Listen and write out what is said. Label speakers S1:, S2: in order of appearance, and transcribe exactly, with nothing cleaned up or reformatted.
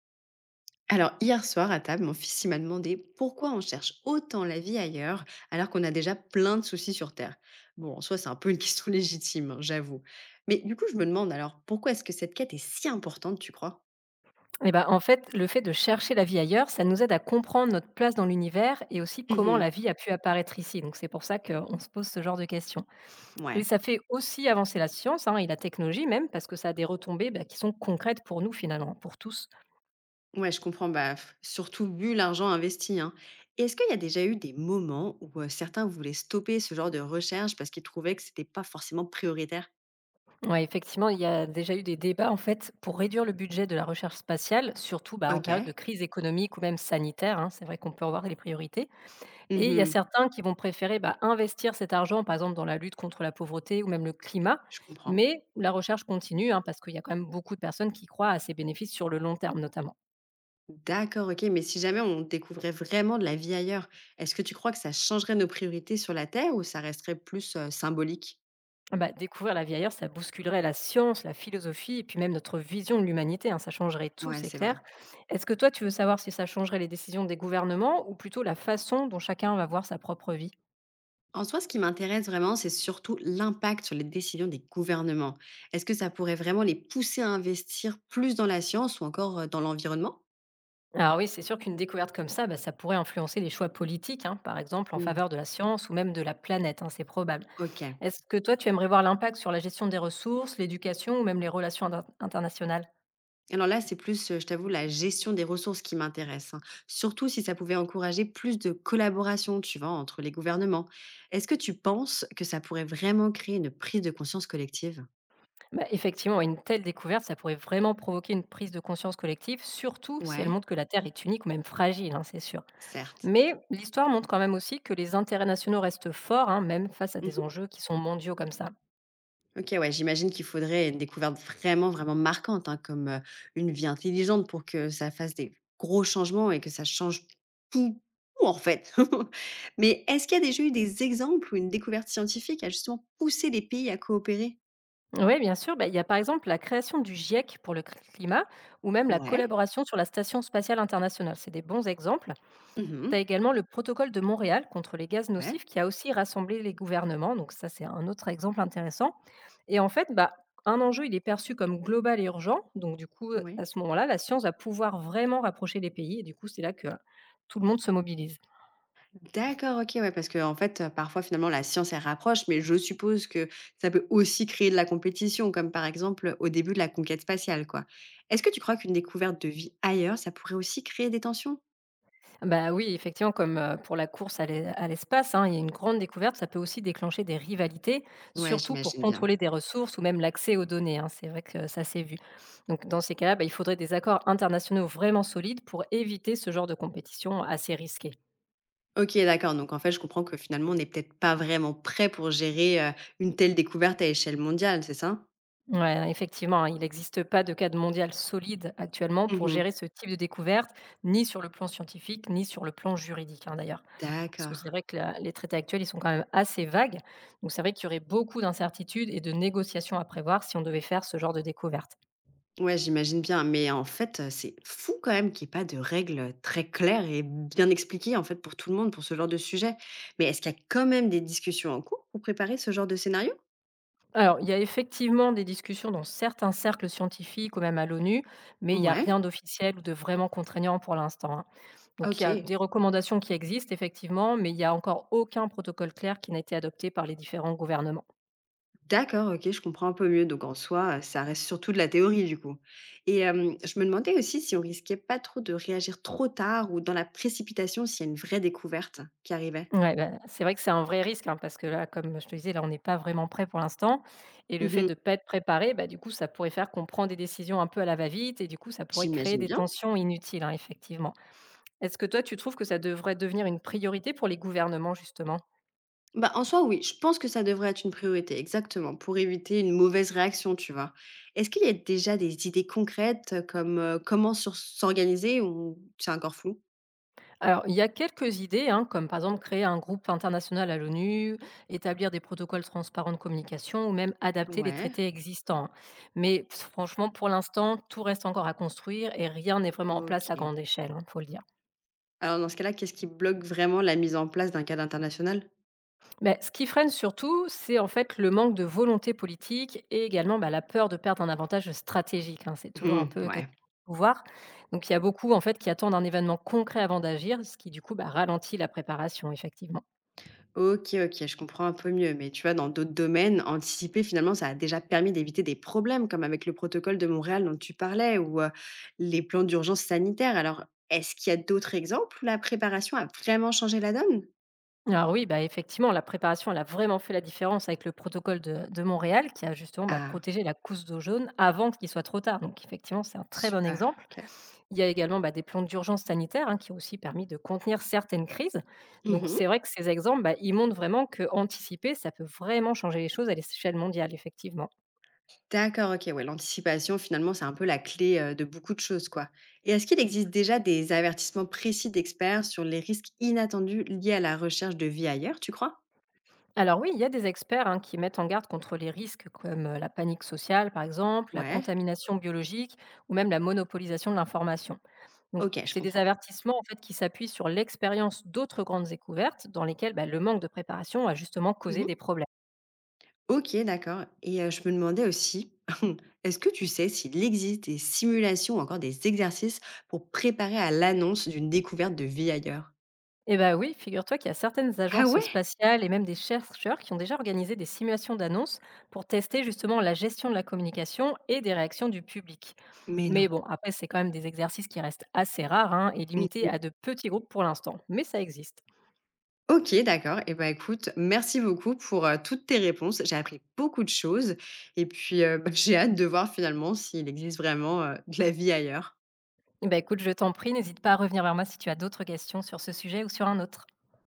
S1: Alors, hier soir, à table, mon fils il m'a demandé pourquoi on cherche autant la vie ailleurs alors qu'on a déjà plein de soucis sur Terre. Bon, en soi, c'est un peu une question légitime, hein, j'avoue. Mais du coup, je me demande alors, pourquoi est-ce que cette quête est si importante, tu crois?
S2: Eh ben, en fait, le fait de chercher la vie ailleurs, ça nous aide à comprendre notre place dans l'univers et aussi comment la
S1: Mhm.
S2: vie a pu apparaître ici. Donc, c'est pour ça qu'on se pose ce genre de questions. Et
S1: Ouais.
S2: ça fait aussi avancer la science hein, et la technologie même, parce que ça a des retombées bah, qui sont concrètes pour nous finalement, pour tous.
S1: Ouais, je comprends, bah, f- surtout vu l'argent investi, hein. Et est-ce qu'il y a déjà eu des moments où euh, certains voulaient stopper ce genre de recherche parce qu'ils trouvaient que c'était pas forcément prioritaire?
S2: Ouais, effectivement, il y a déjà eu des débats en fait pour réduire le budget de la recherche spatiale, surtout bah, en
S1: Ok.
S2: période de crise économique ou même sanitaire, hein. C'est vrai qu'on peut avoir des priorités. Et il y a
S1: Mhm.
S2: certains qui vont préférer, bah, investir cet argent, par exemple, dans la lutte contre la pauvreté ou même le climat.
S1: Je comprends.
S2: Mais la recherche continue, hein, parce qu'il y a quand même beaucoup de personnes qui croient à ces bénéfices sur le long terme, notamment.
S1: D'accord, OK, mais si jamais on découvrait vraiment de la vie ailleurs, est-ce que tu crois que ça changerait nos priorités sur la Terre ou ça resterait plus euh, symbolique?
S2: Ah bah, découvrir la vie ailleurs, ça bousculerait la science, la philosophie et puis même notre vision de l'humanité, hein, ça changerait tout,
S1: Ouais,
S2: c'est
S1: c'est vrai.
S2: clair. Est-ce que toi, tu veux savoir si ça changerait les décisions des gouvernements ou plutôt la façon dont chacun va voir sa propre vie?
S1: En soi, ce qui m'intéresse vraiment, c'est surtout l'impact sur les décisions des gouvernements. Est-ce que ça pourrait vraiment les pousser à investir plus dans la science ou encore euh, dans l'environnement?
S2: Alors oui, c'est sûr qu'une découverte comme ça, bah, ça pourrait influencer les choix politiques, hein, par exemple en
S1: Hmm,
S2: faveur de la science ou même de la planète, hein, c'est probable.
S1: OK.
S2: Est-ce que toi, tu aimerais voir l'impact sur la gestion des ressources, l'éducation ou même les relations inter- internationales?
S1: Alors là, c'est plus, heu, je t'avoue, la gestion des ressources qui m'intéresse, hein, surtout si ça pouvait encourager plus de collaboration, tu vois, entre les gouvernements. Est-ce que tu penses que ça pourrait vraiment créer une prise de conscience collective?
S2: Bah, effectivement, une telle découverte, ça pourrait vraiment provoquer une prise de conscience collective, surtout si elle
S1: Ouais,
S2: montre que la Terre est unique ou même fragile, hein, c'est sûr.
S1: certes.
S2: Mais l'histoire montre quand même aussi que les intérêts nationaux restent forts, hein, même face à des
S1: Mmh.
S2: enjeux qui sont mondiaux comme ça.
S1: OK, ouais, j'imagine qu'il faudrait une découverte vraiment, vraiment marquante, hein, comme, heu, une vie intelligente pour que ça fasse des gros changements et que ça change tout, tout, en fait. Mais est-ce qu'il y a déjà eu des exemples où une découverte scientifique a justement poussé les pays à coopérer?
S2: Oui, bien sûr. Bah, il y a par exemple la création du GIEC pour le cl- climat ou même la
S1: Ouais.
S2: collaboration sur la Station spatiale internationale. C'est des bons exemples.
S1: Mmh
S2: Tu
S1: mh.
S2: as également le protocole de Montréal contre les gaz nocifs
S1: Ouais,
S2: qui a aussi rassemblé les gouvernements. Donc ça, c'est un autre exemple intéressant. Et en fait, bah, un enjeu, il est perçu comme global et urgent. Donc du coup,
S1: oui.
S2: à ce moment-là, la science va pouvoir vraiment rapprocher les pays. Et du coup, c'est là que euh, tout le monde se mobilise.
S1: D'accord, OK, ouais, parce qu'en fait, heu, parfois, finalement, la science, elle rapproche, mais je suppose que ça peut aussi créer de la compétition, comme, par exemple, au début de la conquête spatiale, quoi. Est-ce que tu crois qu'une découverte de vie ailleurs, ça pourrait aussi créer des tensions?
S2: Bah oui, effectivement, comme euh, pour la course à l'e- à l'espace, hein, il y a une grande découverte, ça peut aussi déclencher des rivalités,
S1: Ouais,
S2: surtout pour
S1: j'imagine bien.
S2: contrôler des ressources ou même l'accès aux données, hein. C'est vrai que ça s'est vu. Donc dans ces cas-là, bah, il faudrait des accords internationaux vraiment solides pour éviter ce genre de compétition assez risquée.
S1: OK, d'accord, donc en fait, je comprends que, finalement, on est peut-être pas vraiment prêt pour gérer, heu, une telle découverte à échelle mondiale, c'est ça?
S2: Ouais, effectivement, hein, il n'existe pas de cadre mondial solide actuellement
S1: Mmh
S2: pour
S1: mh.
S2: gérer ce type de découverte, ni sur le plan scientifique, ni sur le plan juridique, hein, d'ailleurs. Parce que
S1: D'accord.
S2: c'est vrai que la- les traités actuels, ils sont quand même assez vagues. Donc c'est vrai qu'il y aurait beaucoup d'incertitudes et de négociations à prévoir si on devait faire ce genre de découverte.
S1: Ouais, j'imagine bien, mais en fait, heu, c'est fou quand même qu'il y ait pas de règles, très claires et bien expliquées, en fait, pour tout le monde, pour ce genre de sujet. Mais est-ce qu'il y a quand même des discussions en cours pour préparer ce genre de scénario?
S2: Alors, il y a effectivement des discussions dans certains cercles scientifiques ou même à l'ONU, mais il y a
S1: Ouais,
S2: rien d'officiel ou de vraiment contraignant pour l'instant, hein. Donc, il y a
S1: OK.
S2: des recommandations qui existent effectivement, mais il n'y a encore aucun protocole clair qui n'a été adopté par les différents gouvernements.
S1: D'accord, OK, je comprends un peu mieux. Donc en soi, heu, ça reste surtout de la théorie, du coup. Et hem, je me demandais aussi si on risquait pas trop de réagir trop tard ou dans la précipitation s'il y a une vraie découverte qui arrivait?
S2: Ouais, ben, c'est vrai que c'est un vrai risque, hein, parce que là, comme je te disais, là, on n'est pas vraiment prêt pour l'instant. Et le fait
S1: Mmh.
S2: de ne pas être préparé, bah, du coup, ça pourrait faire qu'on prend des décisions un peu à la va-vite, et du coup, ça pourrait créer
S1: J'imagine
S2: des
S1: bien.
S2: tensions inutiles, hein, effectivement. Est-ce que toi, tu trouves que ça devrait devenir une priorité pour les gouvernements, justement?
S1: Bah, en soi, oui, je pense que ça devrait être une priorité, exactement, pour éviter une mauvaise réaction, tu vois. Est-ce qu'il y a déjà des idées concrètes euh, comme euh, comment sur- s'organiser ou c'est encore flou?
S2: Alors, il y a quelques idées, hein, comme par exemple créer un groupe international à l'ONU, établir des protocoles transparents de communication ou même adapter les
S1: Ouais,
S2: traités existants. Mais franchement, pour l'instant, tout reste encore à construire et rien n'est vraiment en place à
S1: ok.
S2: grande échelle, il faut le dire.
S1: Alors dans ce cas-là, qu'est-ce qui bloque vraiment la mise en place d'un cadre international?
S2: Beh, ce qui freine surtout, c'est en fait le manque de volonté politique et également bah, la peur de perdre un avantage stratégique, hein. C'est toujours un
S1: Hmm,
S2: peu question
S1: ouais.
S2: de pouvoir. Donc il y a beaucoup en fait qui attendent un événement concret avant d'agir, ce qui du coup bah, ralentit la préparation effectivement.
S1: OK, OK, je comprends un peu mieux. Mais tu vois, dans d'autres domaines, anticiper, finalement, ça a déjà permis d'éviter des problèmes, comme avec le protocole de Montréal dont tu parlais, ou euh, les plans d'urgence sanitaire. Alors, est-ce qu'il y a d'autres exemples où la préparation a vraiment changé la donne?
S2: Alors oui, bah effectivement, la préparation, elle a vraiment fait la différence avec le protocole de, de Montréal qui a justement bah,
S1: Ah,
S2: protégé la couche d'eau jaune avant qu'il soit trop tard. Donc effectivement, c'est un très bon
S1: super,
S2: exemple.
S1: OK.
S2: Il y a également, bah, des plans d'urgence sanitaire, hein, qui ont aussi permis de contenir certaines crises. Donc
S1: Mhm.
S2: c'est vrai que ces exemples, bah, ils montrent vraiment que anticiper, ça peut vraiment changer les choses à l'échelle mondiale, effectivement.
S1: D'accord, OK, ouais, l'anticipation, finalement, c'est un peu la clé euh, de beaucoup de choses, quoi. Et est-ce qu'il existe déjà des avertissements précis d'experts sur les risques inattendus liés à la recherche de vie ailleurs, tu crois?
S2: Alors oui, il y a des experts, hein, qui mettent en garde contre les risques comme, heu, la panique sociale, par exemple, la
S1: Ouais,
S2: contamination biologique ou même la monopolisation de l'information. Donc
S1: OK, je
S2: c'est des
S1: comprends.
S2: avertissements, en fait, qui s'appuient sur l'expérience d'autres grandes découvertes dans lesquelles, bah, le manque de préparation a justement causé des
S1: Mhm.
S2: problèmes.
S1: OK, d'accord et heu, je me demandais aussi, est-ce que tu sais s'il existe des simulations ou encore des exercices pour préparer à l'annonce d'une découverte de vie ailleurs?
S2: Eh bah oui, figure-toi qu'il y a certaines
S1: Ah
S2: agences
S1: ouais?
S2: spatiales et même des chercheurs qui ont déjà organisé des simulations d'annonces pour tester justement la gestion de la communication et des réactions du public.
S1: Mais non.
S2: Mais bon, après, c'est quand même des exercices qui restent assez rares hein, et
S1: Mmh.
S2: limités à de petits groupes pour l'instant, mais ça existe.
S1: OK, d'accord et ben écoute, merci beaucoup pour, heu, toutes tes réponses. J'ai appris beaucoup de choses et puis, heu, j'ai hâte de voir finalement s'il existe vraiment, heu, de la vie ailleurs.
S2: Eh ben écoute, je t'en prie, n'hésite pas à revenir vers moi si tu as d'autres questions sur ce sujet ou sur un autre.